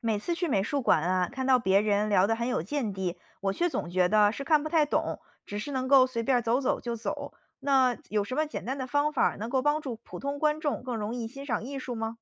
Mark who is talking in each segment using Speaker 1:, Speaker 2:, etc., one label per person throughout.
Speaker 1: 每次去美术馆啊，看到别人聊得很有见地，我却总觉得是看不太懂，只是能够随便儿走走就走。那有什么简单的方法儿能够帮助普通观众更容易欣赏艺术吗？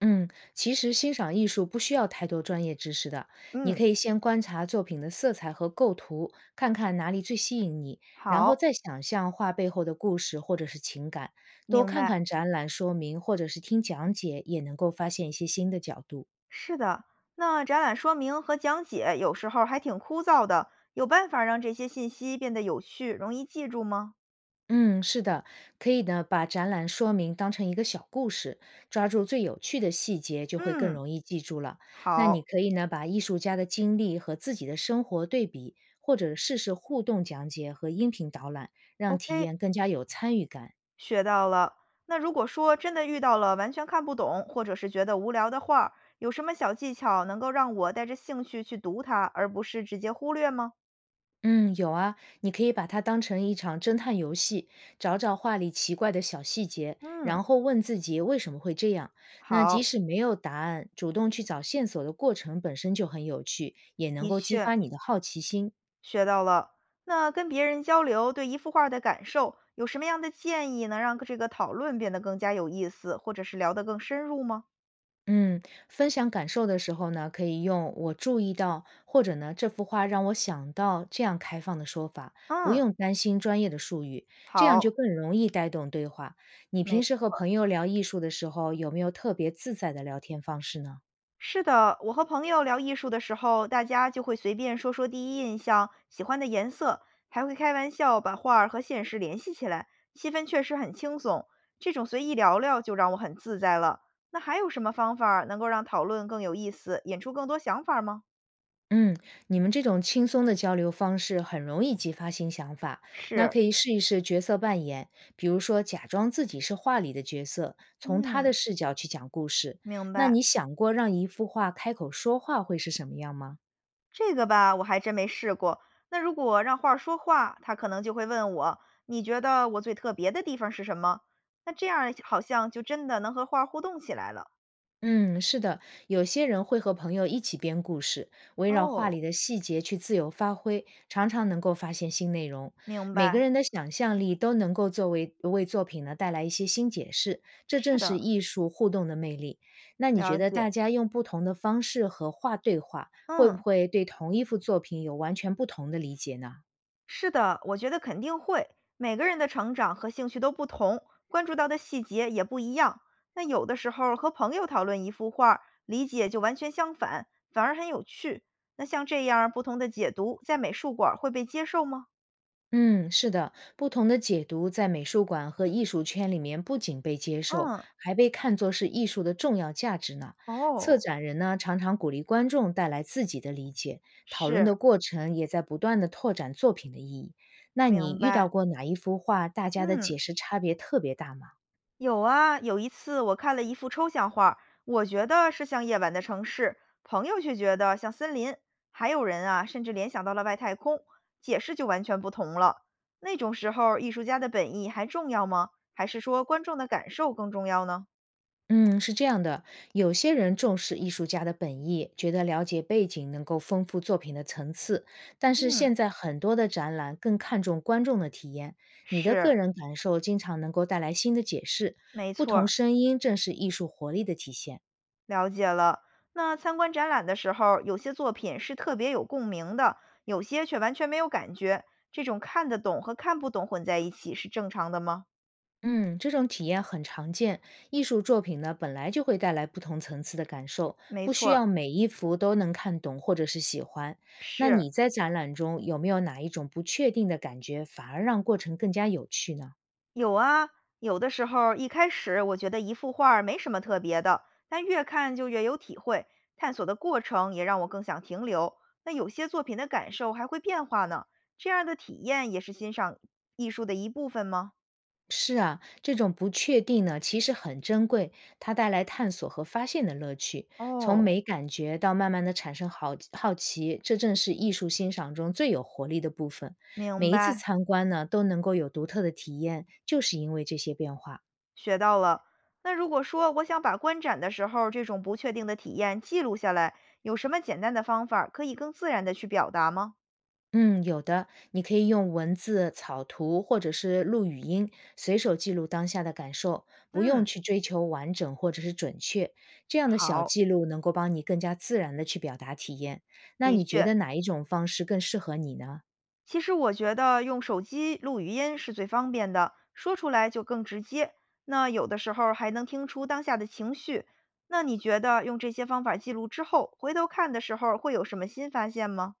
Speaker 2: 嗯，其实欣赏艺术不需要太多专业知识的，你
Speaker 1: 嗯，
Speaker 2: 可以先观察作品的色彩和构图，看看哪里最吸引你，然后
Speaker 1: 好，
Speaker 2: 再想象画背后的故事或者是情感，多
Speaker 1: 明
Speaker 2: 看
Speaker 1: 白。
Speaker 2: 看展览说明或者是听讲解，也能够发现一些新的角度。
Speaker 1: 是的，那展览说明和讲解有时候还挺枯燥的，有办法让这些信息变得有趣，容易记住吗？
Speaker 2: 嗯，是的，可以呢，把展览说明当成一个小故事，抓住最有趣的细节，就会更
Speaker 1: 嗯，
Speaker 2: 容易记住了。那你
Speaker 1: 好
Speaker 2: 可以呢，把艺术家的经历和自己的生活对比，或者试试互动讲解和音频导览，让体
Speaker 1: ，OK。
Speaker 2: 验更加有参与感。
Speaker 1: 学到了。那如果说真的遇到了完全看不懂，或者是觉得无聊的画儿，有什么小技巧能够让我带着兴趣去读它，而不是直接忽略吗？
Speaker 2: 嗯，有啊，你可以把它当成一场侦探游戏，找找画里奇怪的小细节，
Speaker 1: 嗯，
Speaker 2: 然后问自己为什么会这样。那即
Speaker 1: 好，
Speaker 2: 使没有答案，主动去找线索的过程本身就很有趣，也能
Speaker 1: 的
Speaker 2: 够激
Speaker 1: 确
Speaker 2: 发你的好奇心。
Speaker 1: 学到了。那跟别人交流对一幅画的感受，有什么样的建议能让这个讨论变得更加有意思，或者是聊得更深入吗？
Speaker 2: 嗯，分享感受的时候呢，可以用“我注意到”或者呢“这幅画让我想到”这样开放的说法，不
Speaker 1: 嗯，
Speaker 2: 用担心专业的术语，这样
Speaker 1: 好，
Speaker 2: 就更容易带动对话。你
Speaker 1: 没
Speaker 2: 平时和朋友聊艺术的时候，有没有特别自在的聊天方式呢？
Speaker 1: 是的，我和朋友聊艺术的时候，大家就会随便说说第一印象、喜欢的颜色，还会开玩笑把画儿和现实联系起来，气氛确实很轻松。这种随意聊聊就让我很自在了。那还有什么方法儿能够让讨论更有意思，引出更多想法儿吗？
Speaker 2: 嗯，你们这种轻松的交流方式很容易激发新想法。那
Speaker 1: 是，
Speaker 2: 可以试一试角色扮演，比如说假装自己是画里的角色，从他的
Speaker 1: 嗯，
Speaker 2: 视角去讲故事。
Speaker 1: 明
Speaker 2: 那
Speaker 1: 白。
Speaker 2: 你想过让一幅画开口说话会是什么样吗？
Speaker 1: 这个吧，我还真没试过。那如果让画儿说话，他可能就会问我，你觉得我最特别的地方是什么？那这样好像就真的能和画儿互动起来了。
Speaker 2: 嗯，是的，有些人会和朋友一起编故事，围绕画
Speaker 1: 哦，
Speaker 2: 里的细节去自由发挥，常常能够发现新内容。
Speaker 1: 明
Speaker 2: 每个
Speaker 1: 白，
Speaker 2: 人的想象力都能够作为作品呢带来一些新解释，这
Speaker 1: 是
Speaker 2: 正是
Speaker 1: 的，
Speaker 2: 艺术互动的魅力。那你觉
Speaker 1: 了
Speaker 2: 得
Speaker 1: 解，
Speaker 2: 大家用不同的方式和画对话，会不
Speaker 1: 嗯，
Speaker 2: 会对同一幅作品有完全不同的理解呢？
Speaker 1: 是的，我觉得肯定会。每个人的成长和兴趣都不同，关注到的细节也不一样。那有的时候和朋友讨论一幅画儿，理解就完全相反，反而很有趣。那像这样不同的解读，在美术馆儿会被接受吗？
Speaker 2: 嗯，是的，不同的解读在美术馆和艺术圈里面不仅被接受，
Speaker 1: 嗯，
Speaker 2: 还被看作是艺术的重要价值呢。策
Speaker 1: 哦，
Speaker 2: 展人呢，常常鼓励观众带来自己的理解，讨论
Speaker 1: 是，
Speaker 2: 的过程也在不断的拓展作品的意义。那你
Speaker 1: 明
Speaker 2: 遇到
Speaker 1: 白，
Speaker 2: 过哪一幅画，大家的
Speaker 1: 嗯。
Speaker 2: 解释差别特别大吗？
Speaker 1: 有啊，有一次我看了一幅抽象画儿，我觉得是像夜晚的城市，朋友却觉得像森林，还有人啊，甚至联想到了外太空，解释就完全不同了。那种时候，艺术家的本意还重要吗？还是说观众的感受更重要呢？
Speaker 2: 嗯，是这样的，有些人重视艺术家的本意，觉得了解背景能够丰富作品的层次，但是
Speaker 1: 嗯，
Speaker 2: 现在很多的展览更看重观众的体验，你的
Speaker 1: 是，
Speaker 2: 个人感受经常能够带来新的解释，
Speaker 1: 没
Speaker 2: 不
Speaker 1: 错
Speaker 2: 同
Speaker 1: 儿，
Speaker 2: 声音正是艺术活力的体现。
Speaker 1: 了解了。那参观展览的时候，有些作品是特别有共鸣的，有些却完全没有感觉。这种看得懂和看不懂混在一起是正常的吗？
Speaker 2: 嗯，这种体验很常见。艺术作品呢，本来就会带来不同层次的感受，
Speaker 1: 没
Speaker 2: 不需
Speaker 1: 错儿。
Speaker 2: 要每一幅都能看懂或者是喜欢。那
Speaker 1: 是，
Speaker 2: 你在展览中有没有哪一种不确定的感觉，反而让过程更加有趣呢？
Speaker 1: 有啊，有的时候一开始我觉得一幅画儿没什么特别的，但越看就越有体会，探索的过程也让我更想停留。那有些作品的感受还会变化呢，这样的体验也是欣赏艺术的一部分吗？
Speaker 2: 是啊，这种不确定呢，其实很珍贵，它带来探索和发现的乐趣。从
Speaker 1: 哦，
Speaker 2: 没感觉到慢慢的产生好奇，这正是艺术欣赏中最有活力的部分。
Speaker 1: 明
Speaker 2: 每一次
Speaker 1: 白，
Speaker 2: 参观呢，都能够有独特的体验，就是因为这些变化。
Speaker 1: 学到了。那如果说我想把观展的时候这种不确定的体验记录下来，有什么简单的方法可以更自然的去表达吗？
Speaker 2: 嗯，有的，你可以用文字、草图或者是录语音，随手记录当下的感受，不用
Speaker 1: 嗯，
Speaker 2: 去追求完整或者是准确。这样的小
Speaker 1: 好，
Speaker 2: 记录能够帮你更加自然的去表达体验。那
Speaker 1: 的
Speaker 2: 你觉
Speaker 1: 确，
Speaker 2: 得哪一种方式更适合你呢？
Speaker 1: 其实我觉得用手机录语音是最方便的，说出来就更直接。那有的时候还能听出当下的情绪。那你觉得用这些方法记录之后，回头看的时候会有什么新发现吗？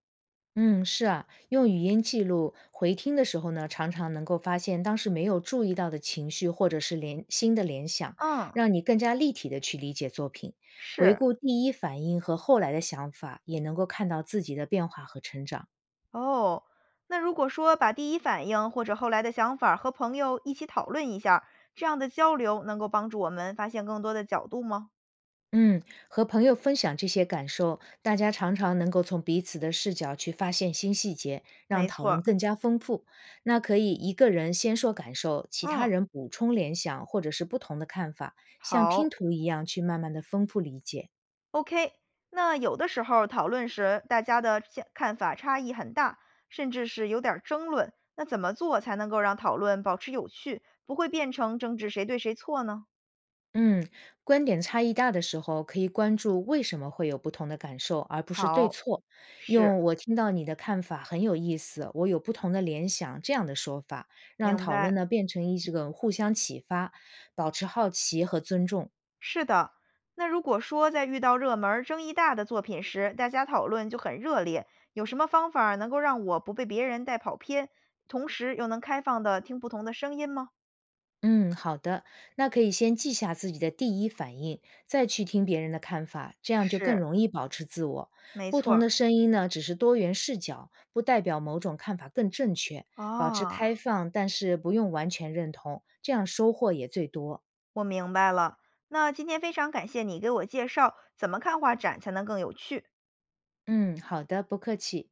Speaker 2: 嗯，是啊，用语音记录回听的时候呢，常常能够发现当时没有注意到的情绪或者是新的联想，
Speaker 1: 嗯，
Speaker 2: 让你更加立体的去理解作品。回
Speaker 1: 是
Speaker 2: 顾第一反应和后来的想法，也能够看到自己的变化和成长。
Speaker 1: 哦。那如果说把第一反应或者后来的想法和朋友一起讨论一下这样的交流能够帮助我们发现更多的角度吗？
Speaker 2: 嗯，和朋友分享这些感受，大家常常能够从彼此的视角去发现新细节，让
Speaker 1: 没
Speaker 2: 讨
Speaker 1: 错
Speaker 2: 论
Speaker 1: 儿
Speaker 2: 更加丰富。那可以一个人先说感受，其他
Speaker 1: 嗯，
Speaker 2: 人补充联想或者是不同的看法，像拼
Speaker 1: 好。
Speaker 2: 图一样去慢慢的丰富理解。
Speaker 1: OK，那有的时候讨论时，大家的见看法差异很大，甚至是有点儿争论。那怎么做才能够让讨论保持有趣，不会变成争执谁对谁错呢？
Speaker 2: 嗯，观点差异大的时候，可以关注为什么会有不同的感受，而不是对
Speaker 1: 好，
Speaker 2: 错。
Speaker 1: 是，
Speaker 2: 用“我听到你的看法很有意思，我有不同的联想”这样的说法，让
Speaker 1: 明
Speaker 2: 讨论
Speaker 1: 白，
Speaker 2: 呢变成这个互相启发，保持好奇和尊重。
Speaker 1: 是的。那如果说在遇到热门儿、争议大的作品时，大家讨论就很热烈，有什么方法儿能够让我不被别人带跑偏，同时又能开放的听不同的声音吗？
Speaker 2: 嗯，好的，那可以先记下自己的第一反应，再去听别人的看法，这样就更
Speaker 1: 是，
Speaker 2: 容易保持自我。
Speaker 1: 没
Speaker 2: 不
Speaker 1: 错
Speaker 2: 同
Speaker 1: 儿。
Speaker 2: 的声音呢，只是多元视角，不代表某种看法更正确。保持
Speaker 1: 哦。
Speaker 2: 开放，但是不用完全认同，这样收获也最多。
Speaker 1: 我明白了。那今天非常感谢你给我介绍怎么看画展才能更有趣。
Speaker 2: 嗯，好的，不客气。